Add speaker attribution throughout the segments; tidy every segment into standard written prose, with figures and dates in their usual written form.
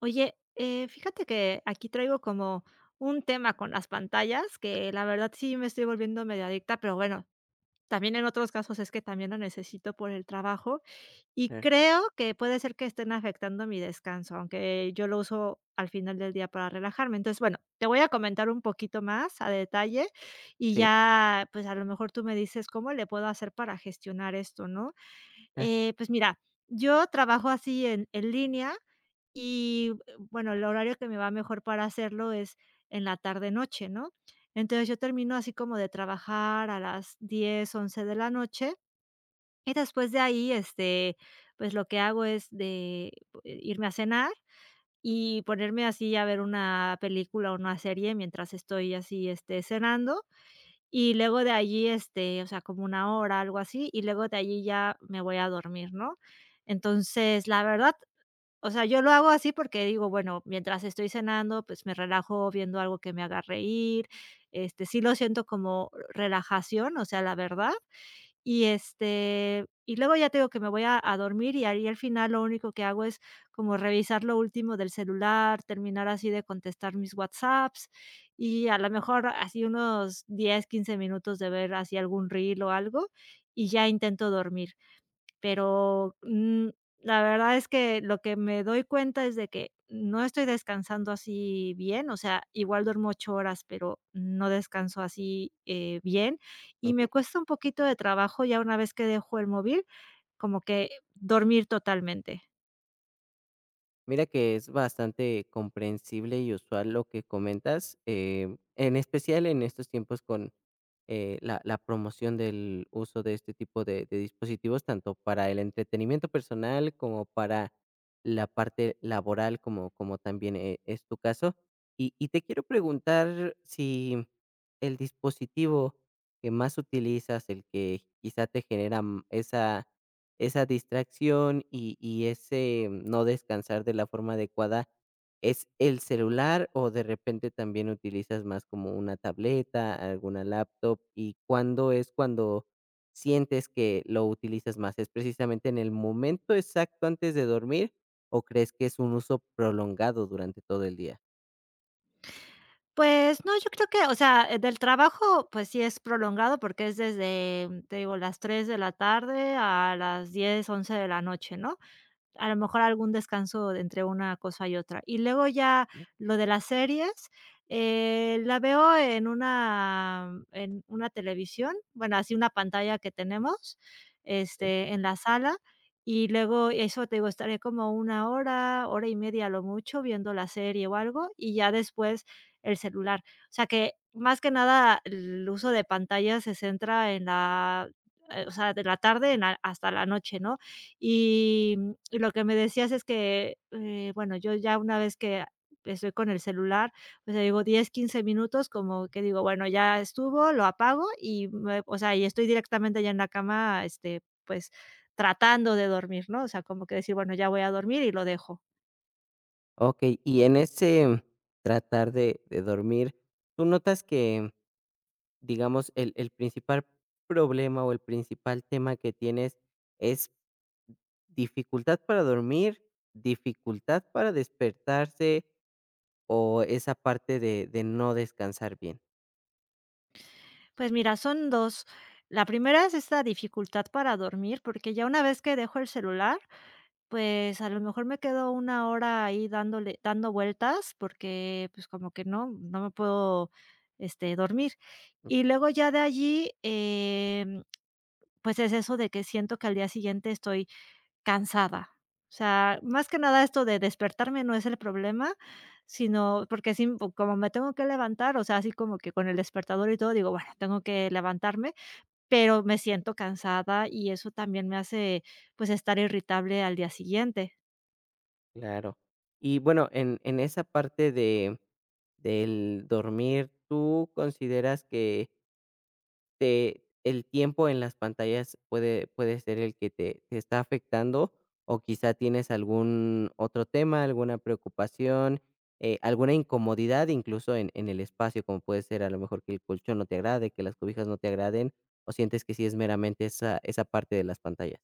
Speaker 1: Oye, fíjate que aquí traigo como un tema con las pantallas, que la verdad sí me estoy volviendo medio adicta, pero bueno, también en otros casos es que también lo necesito por el trabajo y
Speaker 2: Claro,
Speaker 1: creo que puede ser que estén afectando mi descanso, aunque yo lo uso al final del día para relajarme. Entonces, bueno, te voy a comentar un poquito más a detalle y
Speaker 2: sí,
Speaker 1: ya, pues a lo mejor tú me dices cómo le puedo hacer para gestionar esto, ¿no?
Speaker 2: ah,
Speaker 1: Pues mira, yo trabajo así en línea y, bueno, el horario que me va mejor para hacerlo es en la tarde-noche, ¿no? Entonces, yo termino así como de trabajar a las 10 u 11 de la noche, y después de ahí, pues, lo que hago es de irme a cenar y ponerme así a ver una película o una serie mientras estoy así, cenando. Y luego de allí, o sea, como 1 hora, algo así, y luego de allí ya me voy a dormir, ¿no? Entonces, la verdad, o sea, yo lo hago así porque digo, bueno, mientras estoy cenando, pues me relajo viendo algo que me haga reír, sí lo siento como relajación, o sea, la verdad. Y, y luego ya te digo que me voy a dormir y ahí al final lo único que hago es como revisar lo último del celular, terminar así de contestar mis WhatsApps y a lo mejor así unos 10 o 15 minutos de ver así algún reel o algo, y ya intento dormir. Pero, la verdad es que lo que me doy cuenta es de que no estoy descansando así bien, o sea, igual duermo 8 horas, pero no descanso así, bien, y
Speaker 2: okey.
Speaker 1: me cuesta un poquito de trabajo ya una vez que dejo el móvil, como que dormir totalmente.
Speaker 2: Mira que es bastante comprensible y usual lo que comentas, en especial en estos tiempos con, la promoción del uso de este tipo de dispositivos, tanto para el entretenimiento personal como para la parte laboral, como también, es tu caso. Y te quiero preguntar si el dispositivo que más utilizas, el que quizá te genera esa distracción y ese no descansar de la forma adecuada, ¿es el celular o de repente también utilizas más como una tableta, alguna laptop? ¿Y cuándo es cuando sientes que lo utilizas más? ¿Es precisamente en el momento exacto antes de dormir o crees que es un uso prolongado durante todo el día?
Speaker 1: Pues no, yo creo que, o sea, del trabajo, pues sí es prolongado porque es desde, te digo, las 3 de la tarde a las 10 11 de la noche, ¿no? A lo mejor algún descanso de entre una cosa y otra. Y luego ya lo de las series, la veo en una televisión, bueno, así una pantalla que tenemos,
Speaker 2: Okey.
Speaker 1: en la sala, y luego eso, te digo, estaré como 1 hora, hora y media a lo mucho viendo la serie o algo, y ya después el celular. O sea que, más que nada, el uso de pantalla se centra en la, o sea, de la tarde en la hasta la noche, ¿no? Y y lo que me decías es que, bueno, yo ya una vez que estoy con el celular, o sea, digo 10 o 15 minutos, como que digo, bueno, ya estuvo, lo apago y me o sea, y estoy directamente ya en la cama, pues, tratando de dormir, ¿no? O sea, como que decir, bueno, ya voy a dormir y lo dejo.
Speaker 2: Okey, y en ese tratar de dormir, ¿tú notas que, digamos, el principal problema o el principal tema que tienes es dificultad para dormir, dificultad para despertarse o esa parte de no descansar bien?
Speaker 1: Pues mira, son dos. La primera es esta dificultad para dormir, porque ya una vez que dejo el celular, pues, a lo mejor me quedo 1 hora ahí dándole dando vueltas, porque, pues, como que no me puedo, dormir. Y luego ya de allí, pues, es eso de que siento que al día siguiente estoy cansada. O sea, más que nada esto de despertarme no es el problema, sino porque sí, como me tengo que levantar, o sea, así como que con el despertador y todo, digo: "Bueno, tengo que levantarme", pero me siento cansada y eso también me hace, pues, estar irritable al día siguiente.
Speaker 2: Claro. Y bueno, en esa parte del dormir, ¿tú consideras que te el tiempo en las pantallas puede ser el que te está afectando, o quizá tienes algún otro tema, alguna preocupación, alguna incomodidad incluso en el espacio, como puede ser a lo mejor que el colchón no te agrade, que las cobijas no te agraden, o sientes que sí es meramente esa parte de las pantallas?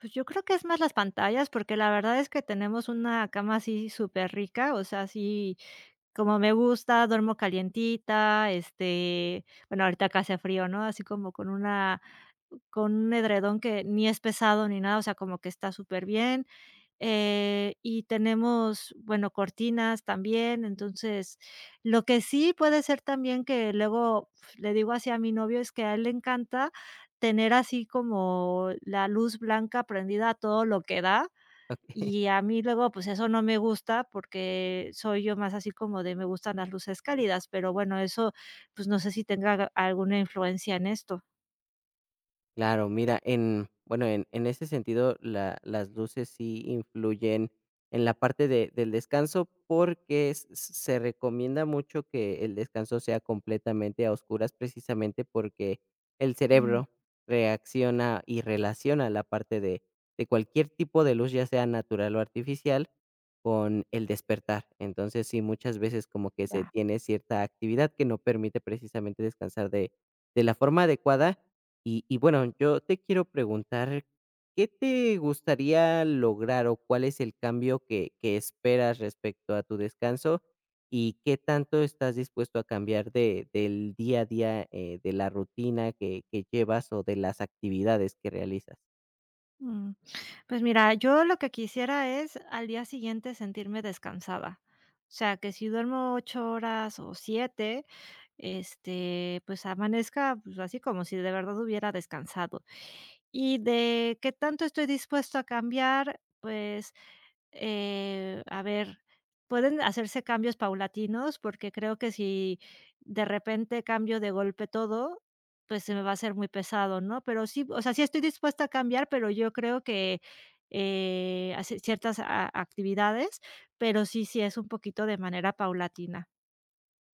Speaker 1: Pues yo creo que es más las pantallas, porque la verdad es que tenemos una cama así súper rica, o sea, así como me gusta, duermo calientita, bueno, ahorita acá hace frío, ¿no? Así como con una con un edredón que ni es pesado ni nada, o sea, como que está superbién, y tenemos, bueno, cortinas también. Entonces, lo que sí puede ser también que luego pf, le digo así a mi novio es que a él le encanta tener así como la luz blanca prendida a todo lo que da, y a mí luego, pues, eso no me gusta porque soy yo más así como de me gustan las luces cálidas, pero bueno, eso, pues, no sé si tenga alguna influencia en esto.
Speaker 2: Claro, mira, bueno, en ese sentido, las luces sí influyen en la parte del descanso porque se recomienda mucho que el descanso sea completamente a oscuras precisamente porque el
Speaker 1: Mm,
Speaker 2: cerebro reacciona y relaciona la parte de cualquier tipo de luz, ya sea natural o artificial, con el despertar. Entonces, sí, muchas veces como que se
Speaker 1: ya,
Speaker 2: tiene cierta actividad que no permite precisamente descansar de la forma adecuada y bueno, yo te quiero preguntar, ¿qué te gustaría lograr o cuál es el cambio que esperas respecto a tu descanso? ¿Y qué tanto estás dispuesto a cambiar de del día a día, de la rutina que llevas o de las actividades que realizas?
Speaker 1: mm. Pues mira, yo lo que quisiera es al día siguiente sentirme descansada. O sea, que si duermo 8 horas o 7, pues amanezca, pues, así como si de verdad hubiera descansado. Y de qué tanto estoy dispuesto a cambiar, pues a ver, pueden hacerse cambios paulatinos, porque creo que si de repente cambio de golpe todo, pues se me va a hacer muy pesado, ¿no? Pero sí, o sea, sí estoy dispuesta a cambiar, pero yo creo que, hacer ciertas a actividades, pero sí, sí es un poquito de manera paulatina.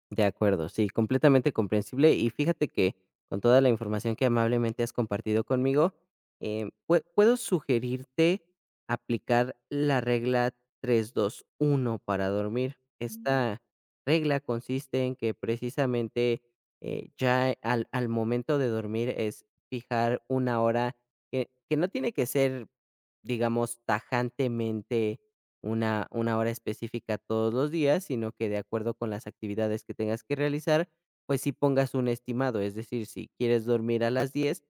Speaker 2: De acuerdo, sí, completamente comprensible. Y fíjate que con toda la información que amablemente has compartido conmigo, puedo sugerirte aplicar la regla 3-2-1 para dormir.
Speaker 1: Mm,
Speaker 2: Esta regla consiste en que precisamente, ya al momento de dormir es fijar una hora que no tiene que ser, digamos, tajantemente una hora específica todos los días, sino que de acuerdo con las actividades que tengas que realizar, pues sí pongas un estimado. Es decir, si quieres dormir a las 10,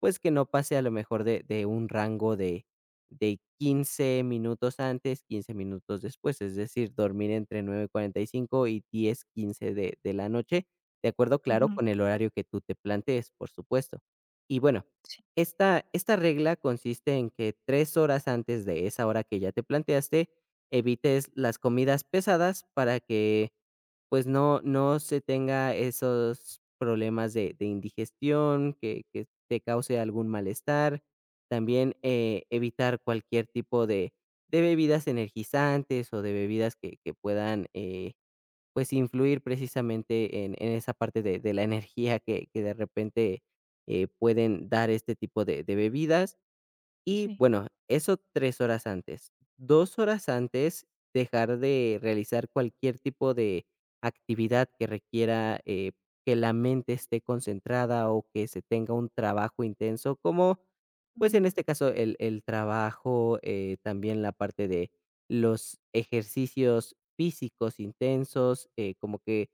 Speaker 2: pues que no pase a lo mejor de un rango de 15 minutos antes, 15 minutos después. Es decir, dormir entre 9:45 y 10:15 de la noche, de acuerdo, claro,
Speaker 1: ujú,
Speaker 2: con el horario que tú te plantees, por supuesto. Y bueno,
Speaker 1: sí,
Speaker 2: esta regla consiste en que 3 horas antes de esa hora que ya te planteaste, evites las comidas pesadas para que, pues, no se tenga esos problemas de indigestión, que te cause algún malestar. También, evitar cualquier tipo de bebidas energizantes o de bebidas que puedan, pues, influir precisamente en esa parte de la energía que de repente, pueden dar este tipo de bebidas. Y
Speaker 1: sí,
Speaker 2: bueno, eso 3 horas antes. 2 horas antes, dejar de realizar cualquier tipo de actividad que requiera, que la mente esté concentrada o que se tenga un trabajo intenso, como, pues,
Speaker 1: mm,
Speaker 2: en este caso, el trabajo, también la parte de los ejercicios físicos intensos, como que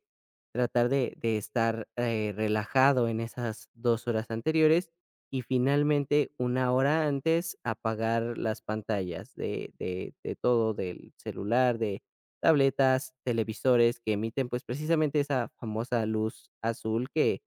Speaker 2: tratar de estar, relajado en esas 2 horas anteriores. Y finalmente, una hora antes, apagar las pantallas de todo, del celular, de tabletas, televisores que emiten, pues, precisamente esa famosa luz azul que,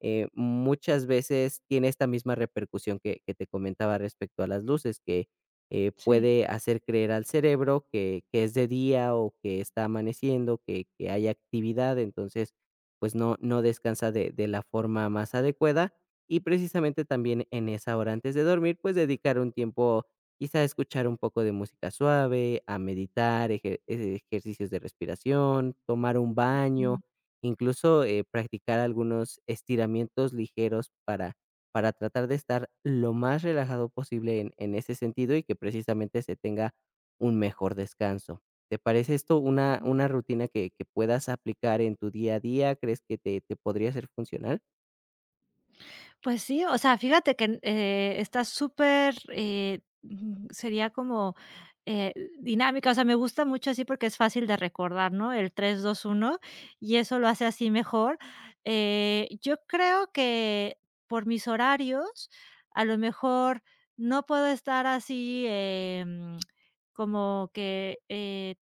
Speaker 2: muchas veces tiene esta misma repercusión que te comentaba respecto a las luces, que,
Speaker 1: sí,
Speaker 2: puede hacer creer al cerebro que es de día o que está amaneciendo, que hay actividad, entonces, pues, no descansa de la forma más adecuada. Y precisamente también en esa hora antes de dormir, pues dedicar un tiempo, quizá a escuchar un poco de música suave, a meditar, ejercicios de respiración, tomar un baño,
Speaker 1: mm.
Speaker 2: incluso practicar algunos estiramientos ligeros para tratar de estar lo más relajado posible en ese sentido y que precisamente se tenga un mejor descanso. ¿Te parece esto una rutina que puedas aplicar en tu día a día? ¿Crees que te podría ser funcional?
Speaker 1: Pues sí, o sea, fíjate que, está súper, sería como, eh, dinámica, o sea, me gusta mucho así porque es fácil de recordar, ¿no? El 3, 2, 1 y eso lo hace así mejor. Yo creo que por mis horarios, a lo mejor no puedo estar así, como que,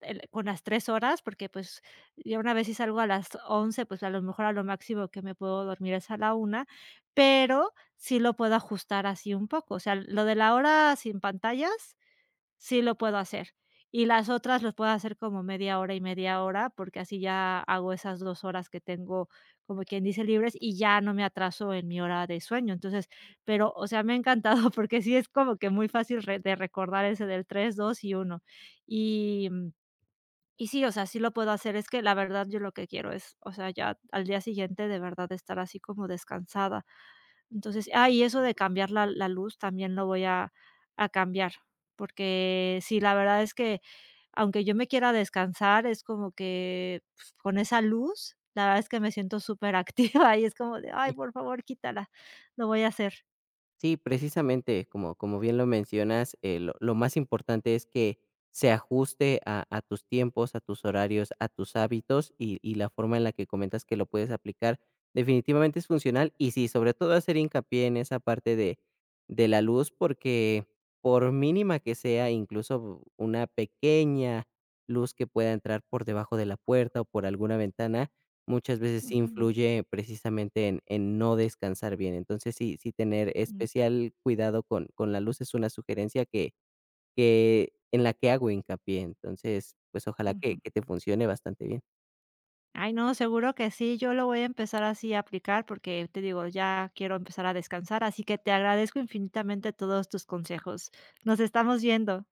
Speaker 1: el con las 3 horas, porque, pues, ya una vez si salgo a las 11 pues, a lo mejor a lo máximo que me puedo dormir es a la una, pero sí lo puedo ajustar así un poco. O sea, lo de la hora sin pantallas, sí lo puedo hacer. Y las otras los puedo hacer como media hora y media hora, porque así ya hago esas 2 horas que tengo, como quien dice, libres y ya no me atraso en mi hora de sueño. Entonces, pero, o sea, me ha encantado porque sí es como que muy fácil re de recordar ese del 3, 2 y 1. Y, y sí, o sea, sí lo puedo hacer. Es que la verdad yo lo que quiero es, o sea, ya al día siguiente de verdad estar así como descansada. Entonces, ah, y eso de cambiar la luz también lo voy a cambiar, porque sí, la verdad es que aunque yo me quiera descansar, es como que, pues, con esa luz, la verdad es que me siento superactiva y es como de: "Ay, por favor, quítala". Lo voy a hacer.
Speaker 2: Sí, precisamente, como bien lo mencionas, lo más importante es que se ajuste a tus tiempos, a tus horarios, a tus hábitos y la forma en la que comentas que lo puedes aplicar definitivamente es funcional y sí, sobre todo hacer hincapié en esa parte de la luz porque por mínima que sea, incluso una pequeña luz que pueda entrar por debajo de la puerta o por alguna ventana, muchas veces sí
Speaker 1: Ujú,
Speaker 2: influye precisamente en no descansar bien. Entonces, sí tener
Speaker 1: mm,
Speaker 2: especial cuidado con la luz es una sugerencia que en la que hago hincapié. Entonces, pues, ojalá que
Speaker 1: ujú.
Speaker 2: que te funcione bastante bien.
Speaker 1: Ay, no, seguro que sí, yo lo voy a empezar así a aplicar porque te digo, ya quiero empezar a descansar, así que te agradezco infinitamente todos tus consejos. Nos estamos viendo.